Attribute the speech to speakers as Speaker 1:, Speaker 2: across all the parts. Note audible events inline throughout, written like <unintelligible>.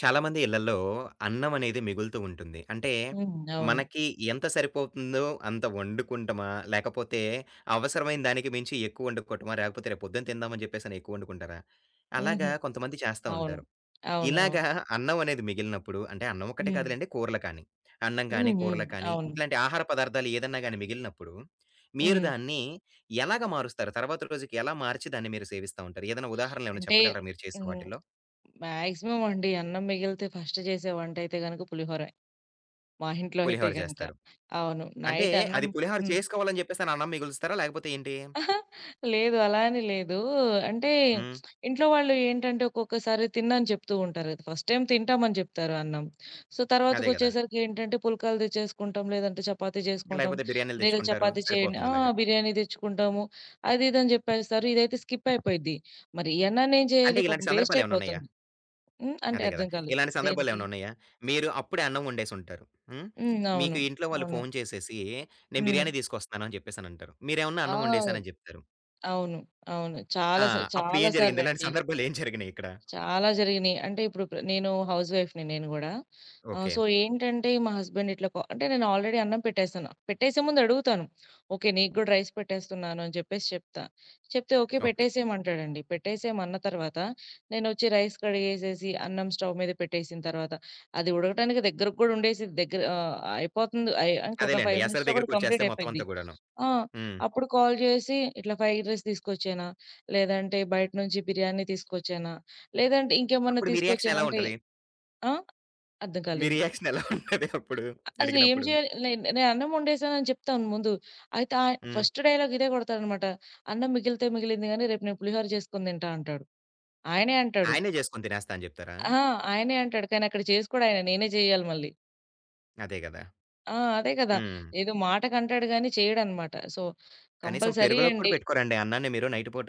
Speaker 1: చాలామంది ఇళ్లల్లో అన్నం అనేది మిగులుతూ ఉంటుంది. అంటే,
Speaker 2: హ్మ్. అవును.
Speaker 1: మనకి ఎంత సరిపోతుందో అంత వండుకుంటమా? లేకపోతే అవసరమైన దానికి మించి ఎక్కువ వండుకోవటమా? లేకపోతే రేపు పొద్దున తిందామని చెప్పేసని ఎక్కువ వండుకుంటారా?
Speaker 2: హుహు.
Speaker 1: అలాగా కొంతమంది చేస్తా
Speaker 2: అవును.
Speaker 1: ఉంటారు.
Speaker 2: అవును. అవును.
Speaker 1: ఇలాగా అన్నం అనేది మిగిలినప్పుడు అంటే అన్నం ఒక్కటే
Speaker 2: హ్మ్.
Speaker 1: కాదులెండి కూరలు కానీ, అన్నం
Speaker 2: హ్మ్.
Speaker 1: కానీ,
Speaker 2: హ్మ్.
Speaker 1: కూరలు కానీ
Speaker 2: అవును.
Speaker 1: ఇట్లాంటి ఆహార పదార్థాలు ఏదన్నా గాని మిగిలినప్పుడు, మీరు
Speaker 2: హ్మ్.
Speaker 1: దాన్ని ఎలాగ మారుస్తారు? తర్వాత రోజుకి ఎలా మార్చి దాన్ని మీరు సేవిస్తా ఉంటారు? ఏదైనా ఉదాహరణలేమైనా
Speaker 2: అంటే
Speaker 1: చెప్పగలరా మీరు చేసిన
Speaker 2: హ్మ్.
Speaker 1: వాటిల్లో?
Speaker 2: మాక్సిమం అండి అన్నం మిగిలితే ఫస్ట్ చేసే వంటయితే గనుక పులిహోరే. మా ఇంట్లో అయితే
Speaker 1: పులిహోర
Speaker 2: గనుక.
Speaker 1: చేస్తారు.
Speaker 2: అవును.
Speaker 1: అంటే
Speaker 2: నైట్ అన్నం
Speaker 1: అది పులిహోర
Speaker 2: హ్మ్.
Speaker 1: చేసుకోవాలని చెప్పేసని అన్నం మిగులుస్తారా? లేకపోతే ఏంటి?
Speaker 2: అహా! లేదు. అలా అని లేదు. అంటే
Speaker 1: హ్మ్.
Speaker 2: ఇంట్లో వాళ్ళు ఏంటంటే ఒక్కొక్కసారి తిననని చెప్తూ ఉంటారు. ఫస్ట్ టైమ్ తింటామని చెప్తారు అన్నం. సో
Speaker 1: అదే గదా!
Speaker 2: తర్వాతకొచ్చేసరికి ఏంటంటే పుల్కాలు తెచ్చేసుకుంటాం. లేదంటే చపాతీ చేసుకుంటాం.
Speaker 1: లేకపోతే బిర్యానీలు
Speaker 2: లేదా
Speaker 1: తెచ్చుకుంటారు.
Speaker 2: చపాతీ చేయండి
Speaker 1: సరిపోతుంది
Speaker 2: ఆ!
Speaker 1: అలాగా.
Speaker 2: బిర్యానీ తెచ్చుకుంటాము. అది ఇది అని చెప్పేస్తారు. ఇదైతే స్కిప్ అయిపోయిద్ది. మరి ఈ అన్నాన్ని ఏం
Speaker 1: అంటే
Speaker 2: చేయాలి?
Speaker 1: ఇలాంటి
Speaker 2: పాపం వేస్ట్
Speaker 1: సందర్భాలేమన్నా ఉన్నాయా?
Speaker 2: అయిపోతుంది. హ్మ్. అంటే
Speaker 1: అదే గదా!
Speaker 2: అర్థం కాలేదు.
Speaker 1: ఇలాంటి
Speaker 2: దేనికి?
Speaker 1: సందర్భాలేమన్నా ఉన్నాయా? మీరు అప్పుడే అన్నం వండేసుంటారు. హ్మ్.
Speaker 2: హ్మ్. అవును.
Speaker 1: మీకు ఇంట్లో వాళ్ళు
Speaker 2: అవును.
Speaker 1: ఫోను చేసేసి, "నేను
Speaker 2: హ్మ్.
Speaker 1: బిర్యానీ తీసుకొస్తున్నాను" అని చెప్పేసనంటారు. మీరేమన్నా అన్నం
Speaker 2: ఆ!
Speaker 1: వండేసానని జెప్తారు.
Speaker 2: అవును. అవును.
Speaker 1: ఆ! అప్పుడు
Speaker 2: చాలా
Speaker 1: ఏం జరిగింది? ఇలాంటి
Speaker 2: సార్లండి.
Speaker 1: సందర్భాలు ఏం జరిగినాయి ఇక్కడ?
Speaker 2: చాలా జరిగినియి. అంటే ఇప్పుడు ప్ర నేను హౌస్ వైఫ్‌ని నేను గూడా.
Speaker 1: ఓకే.
Speaker 2: సో, మా హస్బెండ్ ఇట్లా కొ అంటే నేను ఆల్రెడీ అన్నం పెట్టేసాను. పెట్టేసే ముందు అడుగుతాను. ఓకే. నీకు గూడా రైస్ పెట్టేస్తున్నాను అని చెప్తా. చెప్తే ఓకే.
Speaker 1: ఓకే.
Speaker 2: పెట్టేసేయమంటాడండి. పెట్టేసేయమన్న తర్వాత నేనొచ్చి రైస్ కడిగేసేసి అన్నం స్టవ్ మీద పెట్టేసిన తర్వాత అది ఉడకటానికి దగ్గరకి గూడా ఉండేసిద్ది. అయిపోతుంది. ఇంకొక
Speaker 1: అదేలెండి.
Speaker 2: 5
Speaker 1: ఎసరు
Speaker 2: మినిట్స్‌లో గూడా
Speaker 1: దగ్గరికొచ్చేస్తే
Speaker 2: కంప్లీట్
Speaker 1: మొత్తం
Speaker 2: అయిపోద్ది.
Speaker 1: అంతా గూడాను.
Speaker 2: ఆ!
Speaker 1: హ్మ్.
Speaker 2: అప్పుడు కాల్ చేసి, "ఇట్లా ఫ్రైడ్ రైస్ తీసుకొచ్చానా? లేదంటే బయట నుంచి బిర్యానీ తీసుకొచ్చానా? లేదంటే ఇంకేమన్నా
Speaker 1: అప్పుడు మీ రియాక్షన్
Speaker 2: తీసుకొచ్చానా?"
Speaker 1: ఎలా
Speaker 2: అంటే
Speaker 1: ఉంటది?
Speaker 2: ఆ? అర్థం
Speaker 1: మీ
Speaker 2: కాలేదు.
Speaker 1: రియాక్షన్ ఎలా ఉంటది అప్పుడు?
Speaker 2: అసలు ఏం
Speaker 1: అడిగినప్పుడు?
Speaker 2: చేయాలి నేను నేను అన్నం వండేసానని చెప్తాను ముందు. అయితే ఆయ
Speaker 1: హ్మ్.
Speaker 2: ఫస్ట్ డైలాగ్ ఇదే కొడతాడనమాట. "అన్నం మిగిలితే మిగిలింది గానీ, రేపు నేను పులిహోర చేసుకొని తింటా" అంటాడు. ఆయనే అంటాడు.
Speaker 1: ఆయనే జేసుకొని తినేస్తా అని జెప్తారా?
Speaker 2: ఆ! ఆయనే అంటాడు. కానీ అక్కడ చేసుకోడు ఆయన. నేనే చేయాలి మళ్ళీ.
Speaker 1: అదే గదా!
Speaker 2: ఆ! అదే కదా!
Speaker 1: హ్మ్.
Speaker 2: ఏదో మాటకంటాడు గానీ చేయడనమాట. సో,
Speaker 1: కనీసం
Speaker 2: కంపల్సరీ
Speaker 1: పెరుగులోకి కూడా
Speaker 2: అండి
Speaker 1: పెట్టుకోరండి అన్నాన్ని మీరు నైట్ పూట?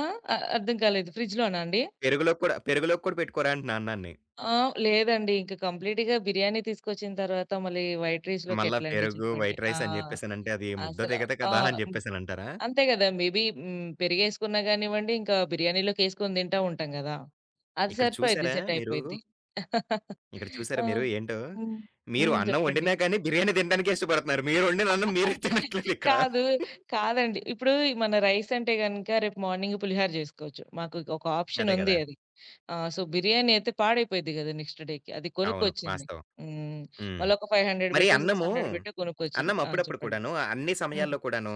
Speaker 2: ఆ? అర్థం కాలేదు. ఫ్రిడ్జ్‌లోనా అండి?
Speaker 1: పెరుగులోకి కూడా పెట్టుకోరా అంటున్నా అన్నాన్ని?
Speaker 2: ఆ! లేదండి. ఇంక కంప్లీట్‌గా బిర్యానీ తీసుకొచ్చిన తర్వాత మళ్ళీ వైట్ రైస్‌లోకి
Speaker 1: మళ్ళా
Speaker 2: ఎట్లండి
Speaker 1: పెరుగు,
Speaker 2: చెప్పండి.
Speaker 1: వైట్
Speaker 2: ఆ!
Speaker 1: రైస్ అని జెప్పేసనంటే అది ముద్ద
Speaker 2: అసలు
Speaker 1: దిగదు
Speaker 2: ఆ!
Speaker 1: కదా! అని
Speaker 2: హ్మ్.
Speaker 1: జెప్పేసనంటారా?
Speaker 2: అంతే గదా! మేబీ హ్మ్. పెరిగేసుకున్నా గానివ్వండి, ఇంకా బిర్యానీలోకేసుకొని తింటా ఉంటాం గదా! అది
Speaker 1: ఇక్కడ
Speaker 2: సరిపోయిద్ది.
Speaker 1: చూసారా
Speaker 2: సెట్
Speaker 1: మీరు?
Speaker 2: అయిపోయిద్ది.
Speaker 1: ఇక్కడ చూసారా
Speaker 2: ఆ!
Speaker 1: మీరు ఏంటో?
Speaker 2: హ్మ్.
Speaker 1: మీరు
Speaker 2: హ్మ్.
Speaker 1: అన్నం
Speaker 2: చెప్పండి.
Speaker 1: వండినా గాని బిర్యానీ తినడానికే ఇష్టపడుతున్నారు. మీరు వండిన అన్నం మీరే తినట్లేదిక్కడ.
Speaker 2: కాదు. కాదండి. మన రైస్ అంటే గనుక రేపు మార్నింగ్ పులిహోర జేసుకోవచ్చు. మాకు ఒక ఆప్షన్
Speaker 1: అదే
Speaker 2: ఉంది
Speaker 1: గదా!
Speaker 2: అది. ఆ! సో, బిర్యానీ అయితే పాడైపోయిద్ది గదా! నెక్స్ట్ డేకి. అది
Speaker 1: అవును.
Speaker 2: కొనుక్కొచ్చింది.
Speaker 1: వాస్తవం.
Speaker 2: హ్మ్.
Speaker 1: హ్మ్.
Speaker 2: మళ్ళొక 500
Speaker 1: మరి
Speaker 2: బెట్టో,
Speaker 1: అన్నము,
Speaker 2: 600 బెట్టో కొనుక్కొచ్చింది.
Speaker 1: అన్నం
Speaker 2: ఆ!
Speaker 1: అప్పుడప్పుడు
Speaker 2: చెప్పండి.
Speaker 1: కూడాను అన్ని
Speaker 2: హ్మ్.
Speaker 1: సమయాల్లో కూడాను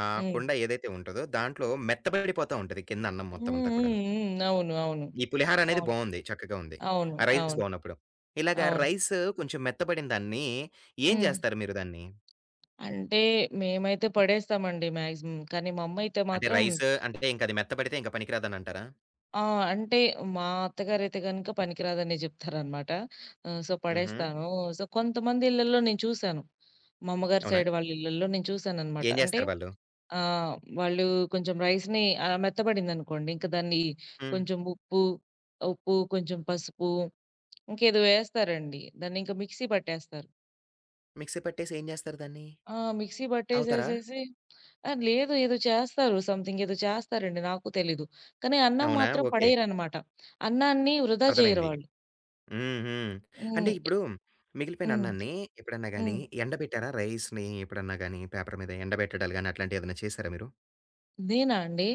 Speaker 2: హ్మ్.
Speaker 1: కుండ ఏదైతే ఉంటదో దాంట్లో మెత్తబడిపోతా ఉంటది కింద అన్నం మొత్తం
Speaker 2: హ్మ్.
Speaker 1: అంతా
Speaker 2: హ్మ్.
Speaker 1: కూడాను.
Speaker 2: హ్మ్. అవును. అవును.
Speaker 1: ఈ పులిహార అనేది
Speaker 2: అవును.
Speaker 1: బావుంది. చక్కగా ఉంది.
Speaker 2: అవును.
Speaker 1: ఆ రైస్
Speaker 2: అవును.
Speaker 1: బాగున్నప్పుడు. ఇలాగ
Speaker 2: అవును.
Speaker 1: రైస్ కొంచెం మెత్తబడిన దాన్ని ఏం
Speaker 2: హ్మ్.
Speaker 1: జేస్తారు మీరు దాన్ని?
Speaker 2: అంటే మేమైతే పడేస్తామండి మాక్సిమం. కానీ మా అమ్మయితే
Speaker 1: అంటే
Speaker 2: మాత్రం
Speaker 1: రైస్ అంటే ఇంక అది మెత్తబడితే ఇంక పనికిరాదని అంటారా?
Speaker 2: ఆ! అంటే మా అత్తగారైతే గనుక పనికిరాదనే జెప్తారనమాట. సో,
Speaker 1: హుహు.
Speaker 2: పడేస్తాను. సో, కొంతమంది ఇళ్లల్లో నేను చూసాను. మా అమ్మగారి
Speaker 1: అవునా?
Speaker 2: సైడ్ వాళ్ళ ఇళ్లల్లో నేను చూసాననమాట.
Speaker 1: ఏం
Speaker 2: అంటే
Speaker 1: జేస్తారు వాళ్ళు?
Speaker 2: ఆ! వాళ్ళు కొంచెం రైస్‌ని మెత్తబడిందనుకోండి, ఇంక దాన్ని
Speaker 1: హ్మ్.
Speaker 2: కొంచెం ఉప్పు, కొంచెం పసుపు, ఇంకేదో వేస్తారండి. దాన్నింక మిక్సీ పట్టేస్తారు.
Speaker 1: మిక్సీ పట్టేసి ఏం జేస్తారు దాన్ని?
Speaker 2: ఆ! మిక్సీ
Speaker 1: తాగుతారా?
Speaker 2: పట్టేసేసేసి ఆ! లేదు ఏదో చేస్తారు. సంథింగ్ ఏదో చేస్తారండి. నాకు తెలీదు. కానీ అన్నం
Speaker 1: అవునా?
Speaker 2: మాత్రం
Speaker 1: ఓకే.
Speaker 2: పడేయరనమాట. అన్నాన్ని వృధా చేయరు
Speaker 1: అర్థమైంది.
Speaker 2: వాళ్ళు.
Speaker 1: హ్మ్. హ్మ్. అంటే
Speaker 2: హ్మ్.
Speaker 1: ఇప్పుడు మిగిలిపోయిన
Speaker 2: హ్మ్.
Speaker 1: అన్నాన్ని ఎప్పుడన్నా గాని
Speaker 2: హ్మ్.
Speaker 1: ఎండబెట్టారా రైస్‌ని ఎప్పుడన్నా గాని పేపర్ మీద ఎండబెట్టడాలు గాని అట్లాంటివి ఏదైనా చేసారా మీరు?
Speaker 2: నేనా అండి?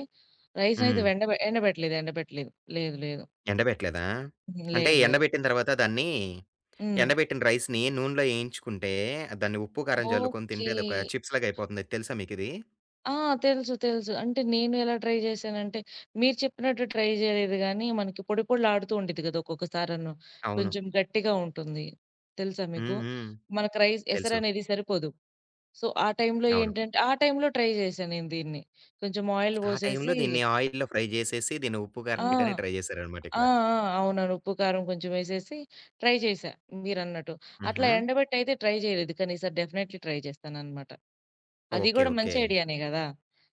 Speaker 2: రైస్‌నైతే
Speaker 1: హ్మ్.
Speaker 2: వెండబె ఎండబెట్టలేదు. ఎండబెట్టలేదు. లేదు. లేదు.
Speaker 1: ఎండబెట్టలేదా?
Speaker 2: హ్మ్.
Speaker 1: అంటే
Speaker 2: లేదు. లేదు.
Speaker 1: ఎండబెట్టిన తర్వాత దాన్ని
Speaker 2: హ్మ్.
Speaker 1: ఎండబెట్టిన రైస్‌ని నూనెలో ఏయించుకుంటే దాన్ని ఉప్పు, కారం జల్లుకొని
Speaker 2: ఓకే.
Speaker 1: తింటే అదొక చిప్స్ లాగా అయిపోతుంది. అది తెలుసా మీకిది?
Speaker 2: ఆ! తెలుసు. తెలుసు. అంటే నేను ఎలా ట్రై చేశానంటే, మీరు చెప్పినట్టు ట్రై చేయలేదు గానీ, మనకి పొడి పొడిలాడుతూ ఉండిద్ది కదా! ఒక్కొక్కసారను.
Speaker 1: అవును.
Speaker 2: కొంచెం గట్టిగా ఉంటుంది. తెలుసా మీకు?
Speaker 1: హ్మ్. హ్మ్.
Speaker 2: మనకు రైస్
Speaker 1: తెలుసు.
Speaker 2: ఎసరనేది సరిపోదు. సో,
Speaker 1: అవును.
Speaker 2: ఆ టైంలో ట్రై చేశా నేను దీన్ని. కొంచెం ఆయిల్
Speaker 1: ఆ టైంలో
Speaker 2: పోసేసి
Speaker 1: దీన్ని ఆయిల్‌లో ఫ్రై చేసేసి దీన్ని ఉప్పు,
Speaker 2: ఆ!
Speaker 1: కారం వేయటానికి ట్రై చేశారనమాట
Speaker 2: ఆ!
Speaker 1: ఇక్కడ.
Speaker 2: ఆ! అవునవును. ఉప్పు, కారం కొంచెం వేసేసి ట్రై చేశా మీరన్నట్టు. అట్లా
Speaker 1: హుహు.
Speaker 2: ఎండబెట్టయితే ట్రై చేయలేదు. కానీ ఈసారి డెఫినైట్‌లీ ట్రై చేస్తాననమాట. అది
Speaker 1: ఓకే.
Speaker 2: గూడా
Speaker 1: ఓకే.
Speaker 2: మంచి ఐడియానే గదా!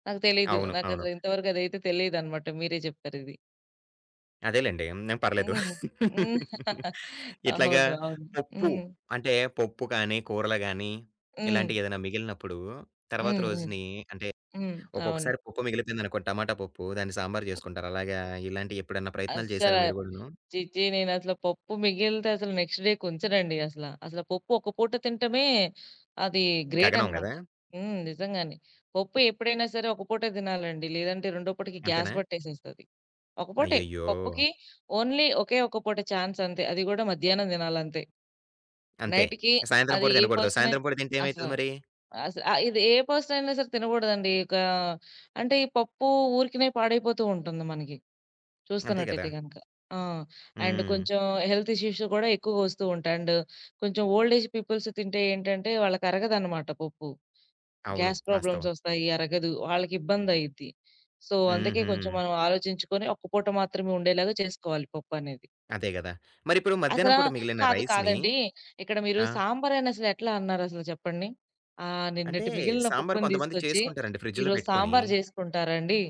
Speaker 2: నాకు తెలీదు.
Speaker 1: అవును. అవును.
Speaker 2: నాకసలు ఇంతవరకు అదైతే తెలీదనమాట. మీరే జెప్పారిది.
Speaker 1: అదేలెండి. హ్మ్. పర్లేదు.
Speaker 2: హ్మ్. హ్మ్. <laughs>
Speaker 1: ఇట్లాగా
Speaker 2: అవును. అవును.
Speaker 1: పప్పు
Speaker 2: హ్మ్.
Speaker 1: అంటే పప్పు కానీ, కూరలు గానీ
Speaker 2: హ్మ్.
Speaker 1: ఇలాంటియేదైనా మిగిలినప్పుడు తర్వాత
Speaker 2: హ్మ్. హ్మ్.
Speaker 1: రోజుని అంటే
Speaker 2: హ్మ్. అవును.
Speaker 1: ఒక్కొక్కసారి పప్పు మిగిలిపోయిందనుకో టమాటా పప్పు దాన్ని సాంబార్ జేసుకుంటారు. అలాగా ఇలాంటియి ఎప్పుడన్నా ప్రయత్నాలు
Speaker 2: అస్సల
Speaker 1: జేసారా మీరు గూడాను?
Speaker 2: ఛీఛీ! నేనసల పప్పు మిగిలితే అసలు నెక్స్ట్ డేకి ఉంచనండి అసల. అసలు పప్పు ఒక పూట తినటమే అది గ్రేట్
Speaker 1: గగనం
Speaker 2: అనమాట.
Speaker 1: గదా!
Speaker 2: హ్మ్. నిజంగానే. పప్పు ఎప్పుడైనా సరే ఒక పూటే తినాలండి. లేదంటే రెండో పూటకి గ్యాస్
Speaker 1: అంతేనా?
Speaker 2: పట్టేసేస్తది. ఒక పూటే.
Speaker 1: అయ్యయ్యో!
Speaker 2: పప్పుకి ఓన్లీ ఒకే ఒక్క పూట ఛాన్స్ అంతే. అది గూడా మధ్యాహ్నం తినాలంతే.
Speaker 1: అంతే.
Speaker 2: నైట్‌కి
Speaker 1: సాయంత్రం
Speaker 2: అది
Speaker 1: పూట
Speaker 2: ఏ
Speaker 1: తినకూడదు.
Speaker 2: పర్సన్ అయినా
Speaker 1: సాయంత్రం పూట తింటే
Speaker 2: అసల
Speaker 1: ఏమైతది మరి?
Speaker 2: అస ఆహ్, ఇది ఏ పర్సన్ అయినా సరే తినగూడదండి. ఒక అంటే ఈ పప్పు ఊరికనే పాడైపోతూ ఉంటుంది మనకి
Speaker 1: అంతే గదా!
Speaker 2: చూస్తున్నట్టయితే గనక. ఆ! అండ్
Speaker 1: హ్మ్.
Speaker 2: కొంచెం హెల్త్ ఇష్యూస్ గూడా ఎక్కువగా వస్తూ ఉంటాయి. అండ్ కొంచెం ఓల్డ్ ఏజ్ పీపుల్స్ తింటే ఏంటంటే వాళ్ళకి అరగదనమాట పప్పు.
Speaker 1: అవును.
Speaker 2: గ్యాస్ ప్రాబ్లమ్స్
Speaker 1: వాస్తవం.
Speaker 2: ఒస్తాయి. అరగదు. వాళ్ళకిబ్బందయిద్ది. సో, అందుకే
Speaker 1: హుహు.
Speaker 2: కొంచెం మనం ఆలోచించుకొని ఒక్క పూట మాత్రమే ఉండేలాగా చేసుకోవాలి పప్పనేది.
Speaker 1: అదే గదా! మరిప్పుడు మధ్యాహ్నం
Speaker 2: అసలా
Speaker 1: పూట మిగిలిన
Speaker 2: కాదు
Speaker 1: రైస్‌ని
Speaker 2: కాదండి. ఇక్కడ మీరు
Speaker 1: ఆ!
Speaker 2: సాంబారని అసలెట్లా అన్నారసలు చెప్పండి?
Speaker 1: అంటే
Speaker 2: నిన్నటి మిగిలిన
Speaker 1: సాంబార్
Speaker 2: పప్పుని
Speaker 1: కొంతమంది
Speaker 2: తీసుకొచ్చి
Speaker 1: చేసుకుంటారండి ఫ్రిడ్జ్‌లో
Speaker 2: ఈరోజు
Speaker 1: పెట్టుకొని.
Speaker 2: సాంబారు జేసుకుంటారండి?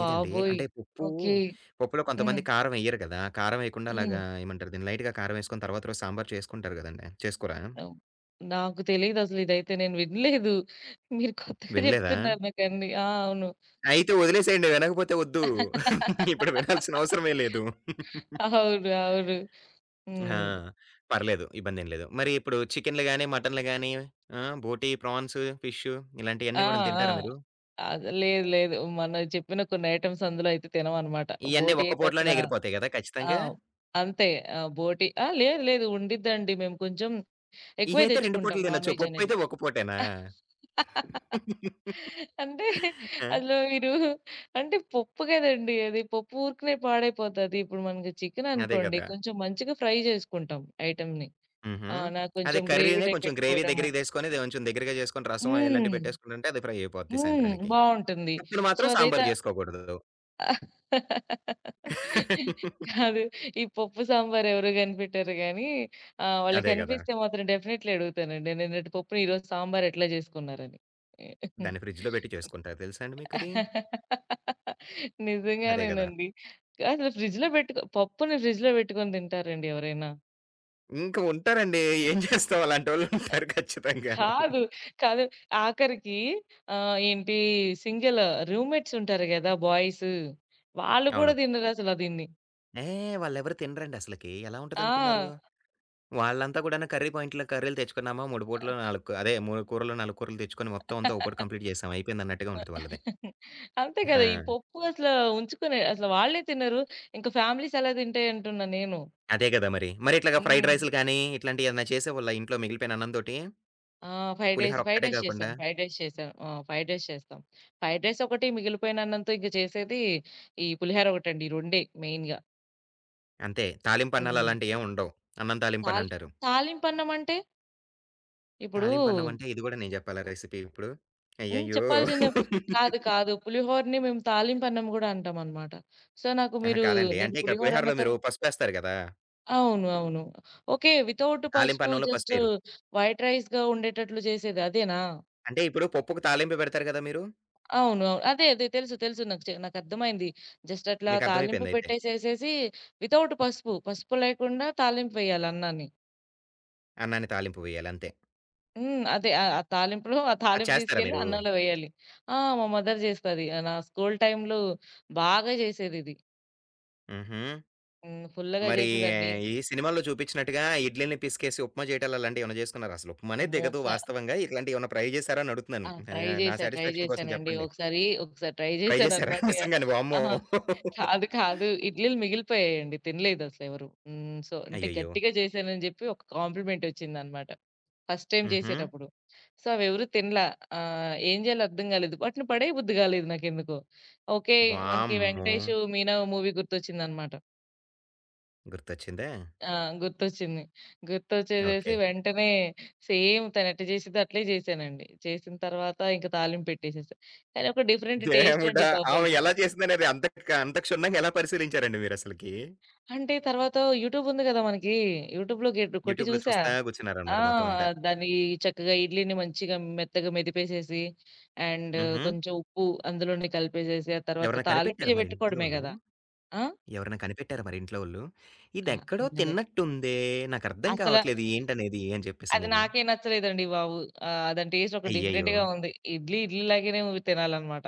Speaker 1: ఏదండి అంటే పప్పు,
Speaker 2: ఓకే.
Speaker 1: పప్పులో
Speaker 2: హ్మ్.
Speaker 1: కొంతమంది కారం ఎయ్యరు కదా! కారం ఎయకుండా
Speaker 2: హ్మ్.
Speaker 1: అలాగా ఏమంటారు దీన్ని లైట్‌గా కారం ఎసుకొని తర్వాత రోజు సాంబార్ చేసుకుంటారు గదండీ. చేసుకోరా?
Speaker 2: ఓహ్! నాకు తెలీదసలు ఇదైతే నేను వినలేదు. మీరు కొత్తగా
Speaker 1: వినలేదా?
Speaker 2: జెప్తున్నారు నాకన్నీ. ఆ! అవును.
Speaker 1: అయితే వదిలేసేయండి. వినకపోతే వద్దు. ఇప్పుడు వినాల్సిన అవసరమే
Speaker 2: <laughs>
Speaker 1: లేదు.
Speaker 2: అవును. అవును.
Speaker 1: ఆ!
Speaker 2: హ్మ్.
Speaker 1: పర్లేదు. ఇబ్బందేం లేదు. మరి ఇప్పుడు చికెన్‌లు గాని, మటన్‌లు గాని ఆ! బోటి, ప్రాన్స్, ఫిష్
Speaker 2: ఆ!
Speaker 1: ఇలాంటియన్నీ గూడా
Speaker 2: ఆ!
Speaker 1: తింటారా మీరు?
Speaker 2: లేదు. లేదు. మనం చెప్పిన కొన్ని ఐటెమ్స్ అందులో అయితే తినమనమాట.
Speaker 1: ఇయన్నీ
Speaker 2: బోటి
Speaker 1: ఒక్క
Speaker 2: అయితే అసల
Speaker 1: పూటలోనే ఎగిరిపోతాయి గదా!
Speaker 2: ఆ!
Speaker 1: ఖచ్చితంగా.
Speaker 2: అంతే. ఆ! బోటి ఆ! లేదు. లేదు. ఉండిద్దండి. మేము కొంచెం ఎక్కువే
Speaker 1: ఇయైతే 2
Speaker 2: తెచ్చుకుంటాం
Speaker 1: పూటలు
Speaker 2: నాన్
Speaker 1: తినొచ్చు.
Speaker 2: వెజ్ అనేది.
Speaker 1: పప్పయితే ఒక్క పూటేనా?
Speaker 2: అంటే
Speaker 1: ఆ!
Speaker 2: అందులో మీరు అంటే పప్పు కదండీ అది. పప్పు ఊరికనే పాడైపోతది. ఇప్పుడు మనకి చికెన్
Speaker 1: అదే
Speaker 2: అనుకోండి
Speaker 1: గదా!
Speaker 2: కొంచెం మంచిగా ఫ్రై జేసుకుంటాం ఐటెమ్‌ని.
Speaker 1: హుహు.
Speaker 2: ఆ! నాకు
Speaker 1: అదే
Speaker 2: కొంచెం గ్రేవీ
Speaker 1: కర్రీ‌ని
Speaker 2: టైప్
Speaker 1: కొంచెం గ్రేవీ
Speaker 2: పెట్టుకోవడము.
Speaker 1: దగ్గరికి తెసుకొని, అది కొంచెం దగ్గరగా చేసుకొని రసం ఇలాంటివి
Speaker 2: హ్మ్.
Speaker 1: పెట్టేసుకుంటుంటే అది ఫ్రై అయిపోద్ది
Speaker 2: హ్మ్.
Speaker 1: సాయంత్రానికి.
Speaker 2: బావుంటుంది.
Speaker 1: పప్పును
Speaker 2: సో,
Speaker 1: మాత్రం
Speaker 2: అదైతే
Speaker 1: సాంబారు జేసుకోకూడదు. <laughs>
Speaker 2: కాదు. ఈ పప్పు సాంబార్ ఎవరు కనిపెట్టారు గానీ, వాళ్ళు
Speaker 1: అదే గదా!
Speaker 2: కనిపిస్తే మాత్రం డెఫినెట్‌లీ అడుగుతానండి. నిన్నటి పప్పుని ఈరోజు సాంబార్ ఎట్లా జేసుకున్నారని.
Speaker 1: దాన్ని ఫ్రిడ్జ్‌లో పెట్టి చేసుకుంటారు. తెలుసా అండి మీకది? అదే గదా!
Speaker 2: నిజంగానేనండి. అసలు ఫ్రిడ్జ్‌లో పెట్టుకో పప్పుని ఫ్రిడ్జ్‌లో పెట్టుకొని తింటారండి ఎవరైనా?
Speaker 1: ఇంక ఉంటారండి. ఏం చేస్తాం అలాంటోళ్ళుంటారు ఖచ్చితంగాను.
Speaker 2: కాదు. కాదు. ఆఖరికి ఆహ్, ఏంటి సింగిల్ రూమ్‌మేట్స్ ఉంటారు గదా! బాయ్స్. వాళ్ళు కూడా
Speaker 1: అవును.
Speaker 2: తినరసల దీన్ని.
Speaker 1: ఏ! వాళ్ళెవరు తినరండి అసలకి. ఎలా
Speaker 2: ఆ!
Speaker 1: ఉంటదనుకున్నారు? వాళ్ళంతా కూడాను కర్రీ పాయింట్‌లో కర్రీలు తెచ్చుకున్నామా, 3 పూటలు 4 అదే 3 కూరలు, 4 కూరలు తెచ్చుకొని మొత్తం అంతా ఒక పూట కంప్లీట్ చేసాం. అయిపోయిందన్నట్టుగా ఉంటది వాళ్ళది.
Speaker 2: అంతే కదా! ఈ
Speaker 1: ఆ!
Speaker 2: పప్పు అసలు ఉంచుకునే అసలు వాళ్ళే తినరు. ఇంక ఫ్యామిలీస్ ఎలా తింటాయి అంటున్నా నేను.
Speaker 1: అదే కదా మరి. మరి ఇట్లాగా ఫ్రైడ్
Speaker 2: హ్మ్.
Speaker 1: రైస్‌లు కానీ, ఇట్లాంటియి ఏమన్నా చేసేవాళ్ళా ఇంట్లో మిగిలిపోయిన అన్నంతోటి?
Speaker 2: ఆ! ఫ్రైడ్ రైస్,
Speaker 1: పులిహోర
Speaker 2: ఫ్రైడ్
Speaker 1: ఒక్కటే
Speaker 2: రైస్
Speaker 1: కాకుండా?
Speaker 2: చేశాను. ఫ్రైడ్ రైస్ చేశాను. ఆ! ఫ్రైడ్ రైస్ చేస్తాం. ఫ్రైడ్ రైస్ ఒకటి మిగిలిపోయిన అన్నంతో ఇంక చేసేది ఈ పులిహోర ఒకటండి. ఈ రొండే మెయిన్‌గా.
Speaker 1: అంతే. తాలింపన్నాలు
Speaker 2: హ్మ్.
Speaker 1: అలాంటియేం ఉండవు. అన్నం
Speaker 2: తాలి
Speaker 1: తాలింపనంటారు.
Speaker 2: తాలింపన్నం అంటే ఇప్పుడు
Speaker 1: తాలింపన్నం అంటే ఇది గూడా నేను చెప్పాలా రెసిపీ ఇప్పుడు?
Speaker 2: హ్మ్.
Speaker 1: అయ్యయ్యో!
Speaker 2: చెప్పాల్సిందే. కాదు. కాదు. పులిహోరని మేము తాలింపన్నం గూడా అంటామనమాట. సో, నాకు
Speaker 1: అహా!
Speaker 2: మీరు
Speaker 1: కాదండి.
Speaker 2: నేను
Speaker 1: అంటే ఇక్కడ
Speaker 2: పులిహోర అన్న
Speaker 1: పులిహోరలో మీరు
Speaker 2: తరు
Speaker 1: పసుపేస్తారు గదా!
Speaker 2: అవును. అవును. ఓకే. వితౌట్ పసుపు
Speaker 1: తాలింపన్నంలో
Speaker 2: జస్ట్
Speaker 1: పసుపెయరు.
Speaker 2: వైట్ రైస్‌గా ఉండేటట్లు చేసేది అదేనా?
Speaker 1: అంటే ఇప్పుడు పప్పుకి తాలింపు పెడతారు గదా మీరు?
Speaker 2: అవును. అవును. అదే. అదే. తెలుసు. తెలుసు. నాకు చె నాకర్థమైంది. జస్ట్ అట్లా తాలింపు
Speaker 1: మీకర్థమైపోయిందయితే.
Speaker 2: పెట్టేసేసేసి వితౌట్ పసుపు, పసుపు లేకుండా తాలింపెయ్యాలి అన్నాన్ని.
Speaker 1: అన్నానికి తాలింపు వేయాలి అంతే.
Speaker 2: హ్మ్. అదే. ఆ! ఆ తాలింపులో ఆ
Speaker 1: అది
Speaker 2: తాలింపు
Speaker 1: చేస్తారా
Speaker 2: తీసుకెళ్ళి
Speaker 1: మీరు?
Speaker 2: అన్నంలో వేయాలి. ఆ! మా మదర్ చేస్తది. నా స్కూల్ టైమ్‌లో బాగా చేసేదిది.
Speaker 1: హుహు.
Speaker 2: హ్మ్. ఫుల్లుగా
Speaker 1: మరి
Speaker 2: చేసేదండి.
Speaker 1: ఈ సినిమాల్లో చూపించినట్టుగా ఇడ్లీని పిసికేసి ఉప్మా చేయటాలు అలాంటియేమన్నా చేసుకున్నారా? అసలు ఉప్మానే
Speaker 2: అమ్మో!
Speaker 1: దిగదు వాస్తవంగా. ఇట్లాంటియేమన్నా ట్రై చేసారా అని
Speaker 2: ఆ!
Speaker 1: అడుగుతున్నాను. అది
Speaker 2: ట్రై
Speaker 1: నా నా
Speaker 2: చేశా. ట్రై
Speaker 1: సాటిస్ఫాక్షన్ కోసం
Speaker 2: చేశానండి.
Speaker 1: చెప్పండి.
Speaker 2: ఒకసారి ట్రై
Speaker 1: ట్రై చేసారా?
Speaker 2: చేశాననమాట.
Speaker 1: <laughs> నిజంగానే వామ్మో!
Speaker 2: ఆహా! కాదు. కాదు. ఇడ్లీలు మిగిలిపోయాయండి. తినలేదసలెవరు. హ్మ్. సో, అంటే
Speaker 1: అయ్యయ్యో!
Speaker 2: గట్టిగా చేశానని జెప్పి ఒక కాంప్లిమెంట్ ఒచ్చిందనమాట. ఫస్ట్ టైమ్
Speaker 1: హుహు.
Speaker 2: చేసేటప్పుడు. సో, అవెవరు తినలా. ఏం జేయాలో అర్థం గాలేదు. వాటిని పడేయబుద్ధి గాలేదు నాకెందుకో. ఓకే. మనకి
Speaker 1: వామ్మో!
Speaker 2: 'వెంకటేషు మీనా' మూవీ గుర్తొచ్చిందనమాట.
Speaker 1: గుర్తొచ్చిందా?
Speaker 2: ఆ! గుర్తొచ్చింది. గుర్తొచ్చేసేసి
Speaker 1: ఓకే.
Speaker 2: వెంటనే సేమ్ తనెట్ట జేసిద్దో అట్లే జేశానండి. చేసిన తర్వాత ఇంక తాలింపెట్టేసేసా. కానీ ఒక డిఫరెంట్ టేస్ట్ అండి
Speaker 1: దేవుడా!
Speaker 2: బాబు
Speaker 1: ఆమె
Speaker 2: అది.
Speaker 1: ఎలా చేసిందనేది అంత క్షుణ్ణంగా ఎలా పరిశీలించారండి మీరసలకి?
Speaker 2: అంటే తర్వాత యూట్యూబ్ ఉంది గదా! మనకి. యూట్యూబ్‌లో గెట్ కొట్టి
Speaker 1: యూట్యూబ్‌లో
Speaker 2: చూసా.
Speaker 1: చూస్తా
Speaker 2: ఆ!
Speaker 1: కూర్చున్నారనమాట మొత్తం అంతా.
Speaker 2: దాన్ని చక్కగా ఇడ్లీని మంచిగా మెత్తగా మెదిపేసేసి అండ్
Speaker 1: హుహు.
Speaker 2: కొంచెం ఉప్పు అందులోనే కలిపేసేసి, ఆ తర్వాత
Speaker 1: ఎవరైనా కనిపెట్టారా
Speaker 2: తాలింపు
Speaker 1: మరి
Speaker 2: పెట్టుకోవడమే
Speaker 1: ఇంట్లోళ్ళు?
Speaker 2: గదా! ఆ!
Speaker 1: ఎవరైనా కనిపెట్టారా మరి ఇంట్లో వోళ్ళు?
Speaker 2: ఆ!
Speaker 1: ఇదెక్కడో
Speaker 2: వినలే.
Speaker 1: తిన్నట్టుందే, నాకర్థం
Speaker 2: అసల
Speaker 1: కావట్లేదు ఏంటనేది అని
Speaker 2: అది
Speaker 1: చెప్పేసనేది?
Speaker 2: నాకే నచ్చలేదండి బాబు. దాని టేస్ట్ ఒక
Speaker 1: అయ్యయ్యో!
Speaker 2: డిఫరెంట్‌గా ఉంది. ఇడ్లీ ఇడ్లీ లాగానే తినాలన్నమాట.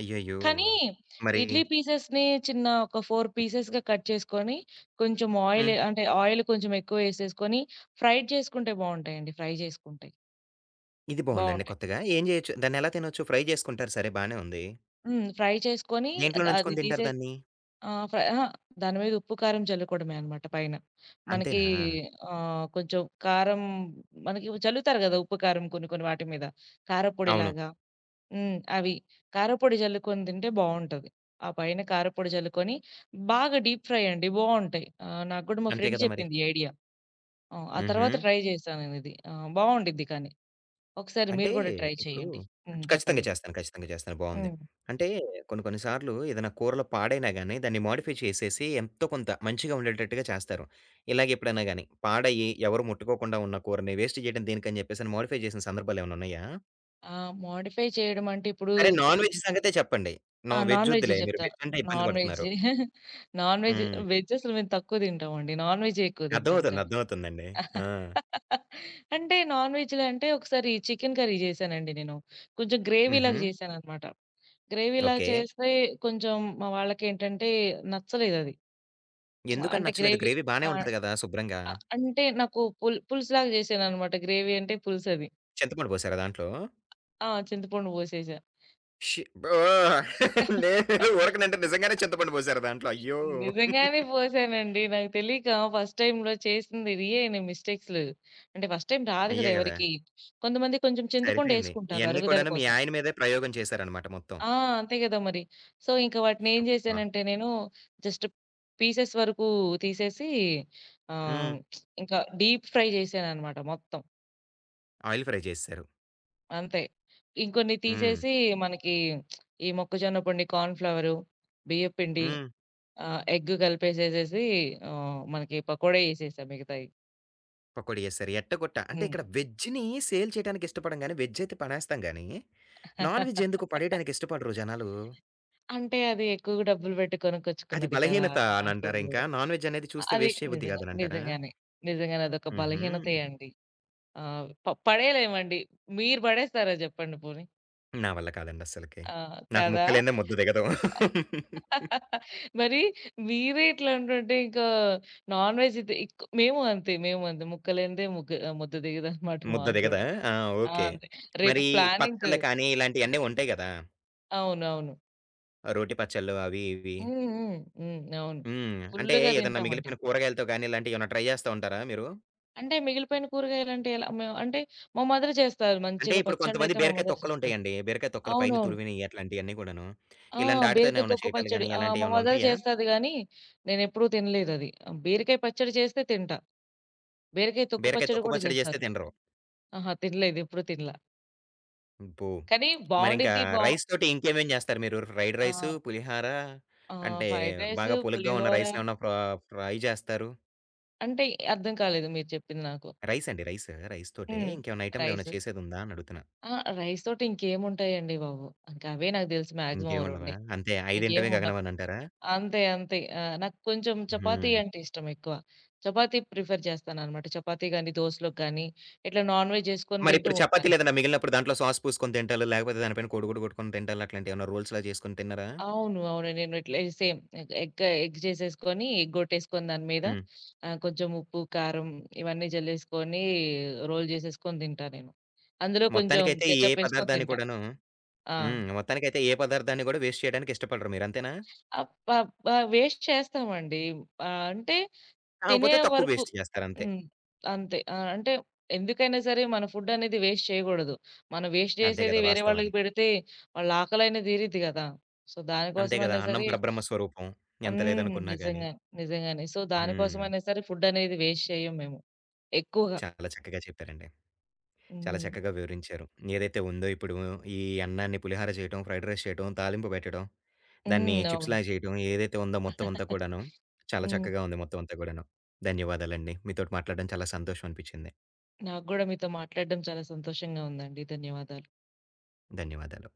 Speaker 1: అయ్యయ్యో!
Speaker 2: కానీ
Speaker 1: మరి
Speaker 2: ఇడ్లీ పీసెస్‌ని చిన్న ఒక 4 పీసెస్‌గా కట్ చేసుకొని, కొంచెం
Speaker 1: హ్మ్.
Speaker 2: ఆయిల్ కొంచెం ఎక్కువేసేసుకొని, ఫ్రైడ్ చేసుకుంటే బావుంటాయండి. ఫ్రై చేసుకుంటే
Speaker 1: ఇది బావుందండి
Speaker 2: బావుంటాయి.
Speaker 1: కొత్తగా. ఏం జేయొచ్చు? దాన్నెలా తినొచ్చు? ఫ్రై చేసుకుంటారు సరే బానే ఉంది.
Speaker 2: హ్మ్. ఫ్రై చేసుకొని ద
Speaker 1: దేంట్లో
Speaker 2: అది
Speaker 1: నంచుకొని
Speaker 2: తీసే
Speaker 1: తింటారు దాన్ని?
Speaker 2: ఆహ్, ఫ్రై అహా! దాని మీద ఉప్పు, కారం చల్లుకోవడమే అన్నమాట పైన. మనకి
Speaker 1: అంతేనా?
Speaker 2: ఆహ్, కొంచెం కారం మనకి చల్లుతారు గదా! ఉప్పు, కారం కొన్ని కొన్ని వాటి మీద.
Speaker 1: అవును.
Speaker 2: కారపొడిలాగా. హ్మ్. అవి. కారప్పొడి జల్లుకొని తింటే బావుంటది. ఆ పైన కారప్పొడి జల్లుకొని బాగా డీప్ ఫ్రై అండి బావుంటాయి. నాకు గూడా మా
Speaker 1: అంతే
Speaker 2: ఫ్రెండ్
Speaker 1: కదా మరి.
Speaker 2: చెప్పింది ఈ ఐడియా. ఆ
Speaker 1: హుహు.
Speaker 2: తర్వాత ట్రై చేశా నేనిది. బావుండిద్ది కానీ. ఒకసారి
Speaker 1: అంటే
Speaker 2: మీరు గూడా ట్రై
Speaker 1: ఇప్పుడు
Speaker 2: చేయండి. హ్మ్.
Speaker 1: ఖచ్చితంగా
Speaker 2: చెప్పండి.
Speaker 1: చేస్తాను. ఖచ్చితంగా చేస్తాను. బావుంది.
Speaker 2: హ్మ్.
Speaker 1: అంటే కొన్ని కొన్ని సార్లు ఏదైనా కూరలో పాడైనా గాని దాన్ని మోడిఫై చేసేసి ఎంతో కొంత మంచిగా ఉండేటట్టుగా చేస్తారు. ఇలాగ ఎప్పుడైనా గాని పాడయ్యి ఎవరు ముట్టుకోకుండా ఉన్న కూరని వేస్ట్ చేయడం దేనికని చెప్పేసని మోడిఫై చేసిన సందర్భాలేమైనా ఉన్నాయా?
Speaker 2: ఆ! మోడిఫై చేయడం అంటే ఇప్పుడు
Speaker 1: సరే నాన్ వెజ్ సంగతే చెప్పండి.
Speaker 2: ఆ!
Speaker 1: నో వెజ్
Speaker 2: నాన్ వెజ్
Speaker 1: వద్దులే. మీరు
Speaker 2: చెప్తా.
Speaker 1: వెజ్ అంటే ఇబ్బంది
Speaker 2: నాన్ వెజ్.
Speaker 1: పడుతున్నారు.
Speaker 2: <laughs> నాన్ వెజ్,
Speaker 1: హ్మ్.
Speaker 2: వెజ్ అసలు మేము తక్కువ తింటామండి. నాన్ వెజ్జే ఎక్కువ తింటాం
Speaker 1: అర్థమవుతుంది.
Speaker 2: కానీ.
Speaker 1: అర్థమవుతుందండి. ఆ!
Speaker 2: నాన్ వెజ్‌లో అంటే ఒకసారి చికెన్ కర్రీ చేశానండి నేను. కొంచెం
Speaker 1: హుహు.
Speaker 2: గ్రేవీలాగా చేశాననమాట. గ్రేవీలా
Speaker 1: ఓకే.
Speaker 2: చేస్తే కొంచెం మా వాళ్ళకేంటంటే నచ్చలేదది.
Speaker 1: ఎందుకని
Speaker 2: అంటే
Speaker 1: నచ్చలేదు?
Speaker 2: గ్రేవీ
Speaker 1: గ్రేవీ బానే
Speaker 2: ఆహ్,
Speaker 1: ఉంటది గదా! శుభ్రంగా.
Speaker 2: ఆహ్, అంటే నాకు పులుసులాగా చేశాననమాట. గ్రేవీ అంటే పులుసది.
Speaker 1: చింతపండు పోసారా దాంట్లో?
Speaker 2: ఆ! చింతపండు పోసేసా.
Speaker 1: షి బ్రో! నేనేదో ఊరకనంటే నిజంగానే చింతపండు పోసారా దాంట్లో? అయ్యో!
Speaker 2: నిజంగానే పోసానండి. నాకు తెలీక ఫస్ట్ టైమ్‌లో చేసింది ఇయే నేను మిస్టేక్స్. అంటే ఫస్ట్ టైమ్ రాదు కదా
Speaker 1: అయ్యే గదా!
Speaker 2: ఎవరికీ. కొంతమంది కొంచెం
Speaker 1: సరిపోయింది.
Speaker 2: చింతపండేసుకుంటారు
Speaker 1: ఇయన్నీ
Speaker 2: అరుగుదల
Speaker 1: కూడాను మీ
Speaker 2: కోసం.
Speaker 1: ఆయన మీదే ప్రయోగం చేశారనమాట మొత్తం.
Speaker 2: ఆ! అంతే గదా మరి. సో, ఇంక వాటినేం
Speaker 1: అబ్బా!
Speaker 2: జేశానంటే నేను జస్ట్ పీసెస్ వరకు తీసేసి ఆహ్,
Speaker 1: హ్మ్.
Speaker 2: ఇంకా డీప్ ఫ్రై జేశాననమాట మొత్తం.
Speaker 1: ఆయిల్ ఫ్రై చేసేసారు.
Speaker 2: అంతే. ఇంకొన్ని
Speaker 1: హ్మ్.
Speaker 2: తీసేసి మనకి ఈ మొక్కజొన్న పొడి, కార్న్ ఫ్లవరు, బియ్యప్పిండి,
Speaker 1: హ్మ్.
Speaker 2: ఎగ్ కలిపేసేసేసి మనకి పకోడా జేసేసా మిగతాయి.
Speaker 1: పకోడీ ఎసారు. ఎట్టగొట్ట అంటే
Speaker 2: హ్మ్.
Speaker 1: ఇక్కడ వెజ్‌ని సేల్ చేయడానికి ఇష్టపడం గాని, వెజ్ అయితే పనేస్తాం గానీ, నాన్ వెజ్ ఎందుకో పడేయడానికి ఇష్టపడరు జనాలు.
Speaker 2: అంటే అది ఎక్కువ డబ్బులు బెట్టి
Speaker 1: అది
Speaker 2: కొనుక్కొచ్చుకున్నది కదా!
Speaker 1: బలహీనత
Speaker 2: సో,
Speaker 1: అనంటారా ఇంకా? నాన్ వెజ్ అనేది చూస్తే
Speaker 2: అది
Speaker 1: వేస్ట్ చేయబుద్ధి కాదనంటారా?
Speaker 2: నిజంగానే. నిజంగానే అదొక
Speaker 1: హుహు.
Speaker 2: బలహీనతే అండి. ఆ! పడేయలేమండి. మీరు పడేస్తారా జెప్పండి పోనీ.
Speaker 1: నా వల్ల కాదండి అస్సలకి.
Speaker 2: ఆ!
Speaker 1: నాకు
Speaker 2: కదా!
Speaker 1: ముక్కలేనిదే ముద్ద దిగదు.
Speaker 2: మరి మీరే ఇట్లా అంటుంటే ఇంకా నాన్ వెజ్ ఇది ఇక్ మేము అంతే, మేము అంతే. ముద్ద దిగదనమాట
Speaker 1: ముద్ద
Speaker 2: మాకు
Speaker 1: దిగదా?
Speaker 2: గూడా.
Speaker 1: ఆ!
Speaker 2: ఆ!
Speaker 1: ఓకే.
Speaker 2: అంతే. రేపు
Speaker 1: మరి
Speaker 2: ప్లానింగ్
Speaker 1: పచ్చళ్ళు కానీ ఇలాంటియన్నీ ఉంటాయి గదా!
Speaker 2: అవునవును.
Speaker 1: రోటి పచ్చళ్ళు అవి ఇవి.
Speaker 2: హ్మ్. హ్మ్. హ్మ్. అవును.
Speaker 1: హ్మ్. అంటే
Speaker 2: ఫుల్లుగా
Speaker 1: ఏదన్నా
Speaker 2: తింటామండి.
Speaker 1: మిగిలిపోయిన కూరగాయలతో గానీ ఇలాంటియేమన్నా ట్రై జేస్తా ఉంటారా మీరు?
Speaker 2: అంటే మిగిలిపోయిన కూరగాయలంటే ఎలా? మేము అంటే మా మదర్ చేస్తారు.
Speaker 1: అంటే
Speaker 2: మంచిగా
Speaker 1: ఇప్పుడు కొంతమంది
Speaker 2: పచ్చళ్ళయితే మా
Speaker 1: బీరకాయ
Speaker 2: మదర్ చేస్తారు.
Speaker 1: తొక్కలుంటాయండి. బీరకాయ తొక్కల పైన
Speaker 2: అవునవును.
Speaker 1: తురిమినయి అట్లాంటియన్నీ గూడాను.
Speaker 2: ఆ!
Speaker 1: ఇలాంటి ఆటితోనే
Speaker 2: బీరకాయ
Speaker 1: ఏమన్నా
Speaker 2: తొక్కు
Speaker 1: చేయటాలు
Speaker 2: పచ్చడి.
Speaker 1: గానీ
Speaker 2: ఆ! మా
Speaker 1: అలాంటియేమన్నా
Speaker 2: మదర్
Speaker 1: ఉంటాయా?
Speaker 2: చేస్తది గానీ, నేనెప్పుడూ తినలేదది. బీరకాయ పచ్చడి చేస్తే తింటా. బీరకాయ తొక్కు
Speaker 1: బీరకాయ
Speaker 2: పచ్చడి
Speaker 1: తొక్కు
Speaker 2: గూడా
Speaker 1: పచ్చడి జేస్తే
Speaker 2: జేస్తారు.
Speaker 1: తినరు.
Speaker 2: ఆహా! తినలేదు. ఎప్పుడు తినలా.
Speaker 1: అబ్బో!
Speaker 2: కానీ
Speaker 1: మరింకా
Speaker 2: బావుండిద్ది.
Speaker 1: రైస్ తోటి ఇంకేమేం జేస్తారు మీరు? ఫ్రైడ్ రైసు,
Speaker 2: ఆ!
Speaker 1: పులిహార
Speaker 2: ఆ!
Speaker 1: అంటే
Speaker 2: ఫ్రైడ్ రైస్,
Speaker 1: బాగా పులుగ్గా ఉన్న
Speaker 2: పులిహోర
Speaker 1: రైస్‌నేమన్నా ఫ్రై జేస్తారు?
Speaker 2: అంటే అర్థం కాలేదు మీరు చెప్పింది నాకు.
Speaker 1: రైస్ అండి. రైస్. రైస్ తోటే
Speaker 2: హ్మ్.
Speaker 1: ఇంకేమన్నా ఐటెమ్‌లు ఏమైనా
Speaker 2: రైస్.
Speaker 1: చేసేదుందా అని అడుగుతున్నా?
Speaker 2: ఆ! రైస్ తోటి ఇంకేముంటాయండి బాబు! ఇంకవే నాకు దెలిసి మాక్సిమం ఓ
Speaker 1: ఇంకేం
Speaker 2: 2
Speaker 1: ఉండవా? <unintelligible> అంతే ఐదింటివే
Speaker 2: ఇంకేముండవు.
Speaker 1: గగనం అని అంటారా?
Speaker 2: అంతే. అంతే. ఆ! నాకు కొంచెం చపాతీ
Speaker 1: హ్మ్.
Speaker 2: అంటే ఇష్టం ఎక్కువ. చపాతీ ప్రిఫర్ చేస్తాననమాట. చపాతీ గాని, దోసలోకి గాని, ఇట్లా నాన్ వెజ్ చేసుకొని తింటూ
Speaker 1: మరిప్పుడు చపాతీలు
Speaker 2: ఉంటాను.
Speaker 1: ఏదైనా మిగిలినప్పుడు దాంట్లో సాస్ పూసుకొని తింటాలు, లేకపోతే దాని పైన కోడిగుడ్డు కొట్టుకొని తింటాలు అట్లాంటివి ఏమన్నా రోల్స్‌లా చేసుకొని తిన్నారా?
Speaker 2: అవును. అవును. నేను ఇట్లే సేమ్ ఎగ్ ఎగ్ చేసేసుకొని, ఎగ్ కొట్టేసుకొని దాని మీద
Speaker 1: హ్మ్.
Speaker 2: కొంచెం ఉప్పు, కారం ఇవన్నీ జల్లేసుకొని రోల్ చేసేసుకొని తింటా నేను. అందులో కొంచెం
Speaker 1: మొత్తానికైతే ఏ
Speaker 2: కెచప్ వేసుకొని
Speaker 1: పదార్థాన్ని
Speaker 2: తింటా.
Speaker 1: కూడాను
Speaker 2: ఆ!
Speaker 1: హ్మ్. మొత్తానికైతే ఏ పదార్థాన్ని కూడా వేస్ట్ చేయడానికి ఇష్టపడరు మీరు అంతేనా?
Speaker 2: అప్ అప్ ఆహ్, వేస్ట్ చేస్తామండి. ఆహ్, అంటే తినే
Speaker 1: కాకపోతే తక్కువ
Speaker 2: వరకు
Speaker 1: వేస్ట్ చేస్తారంతే.
Speaker 2: హ్మ్. అంతే. ఆ! అంటే ఎందుకైనా సరే మన ఫుడ్ అనేది వేస్ట్ చేయగూడదు. మనం వేస్ట్
Speaker 1: అదే
Speaker 2: జేసేది
Speaker 1: కదా!
Speaker 2: వేరే
Speaker 1: వాస్తవం
Speaker 2: వాళ్ళకి
Speaker 1: అది.
Speaker 2: పెడితే వాళ్ళ ఆకలైనా తీరిద్ది గదా! సో,
Speaker 1: అంతే కదా!
Speaker 2: దానికోసమైనా
Speaker 1: అన్నం
Speaker 2: సరే
Speaker 1: పరబ్రహ్మ స్వరూపం. ఎంత
Speaker 2: హ్మ్.
Speaker 1: లేదనుకున్నా గాని.
Speaker 2: నిజంగా. నిజంగానే. సో,
Speaker 1: హ్మ్.
Speaker 2: దానికోసమైనా సరే ఫుడ్ అనేది వేస్ట్ చేయం మేము. ఎక్కువగా.
Speaker 1: చాలా చక్కగా చెప్పారండి. చాలా
Speaker 2: హ్మ్.
Speaker 1: చక్కగా వివరించారు. ఏదైతే ఉందో ఇప్పుడు ఈ అన్నాన్ని పులిహార చేయటం, ఫ్రైడ్ రైస్ చేయటం, తాలింపు పెట్టడం, దాన్ని
Speaker 2: హ్మ్. అవును.
Speaker 1: చిప్స్‌లాగా చేయటం ఏదైతే ఉందో మొత్తం అంతా
Speaker 2: <laughs>
Speaker 1: కూడాను, చాలా
Speaker 2: హ్మ్.
Speaker 1: చక్కగా ఉంది మొత్తం అంతా కూడాను. ధన్యవాదాలండి. మీతోటి మాట్లాడడం చాలా సంతోషం అనిపించింది.
Speaker 2: నాకు గూడా మీతో మాట్లాడడం చాలా సంతోషంగా ఉందండి. ధన్యవాదాలు.
Speaker 1: ధన్యవాదాలు.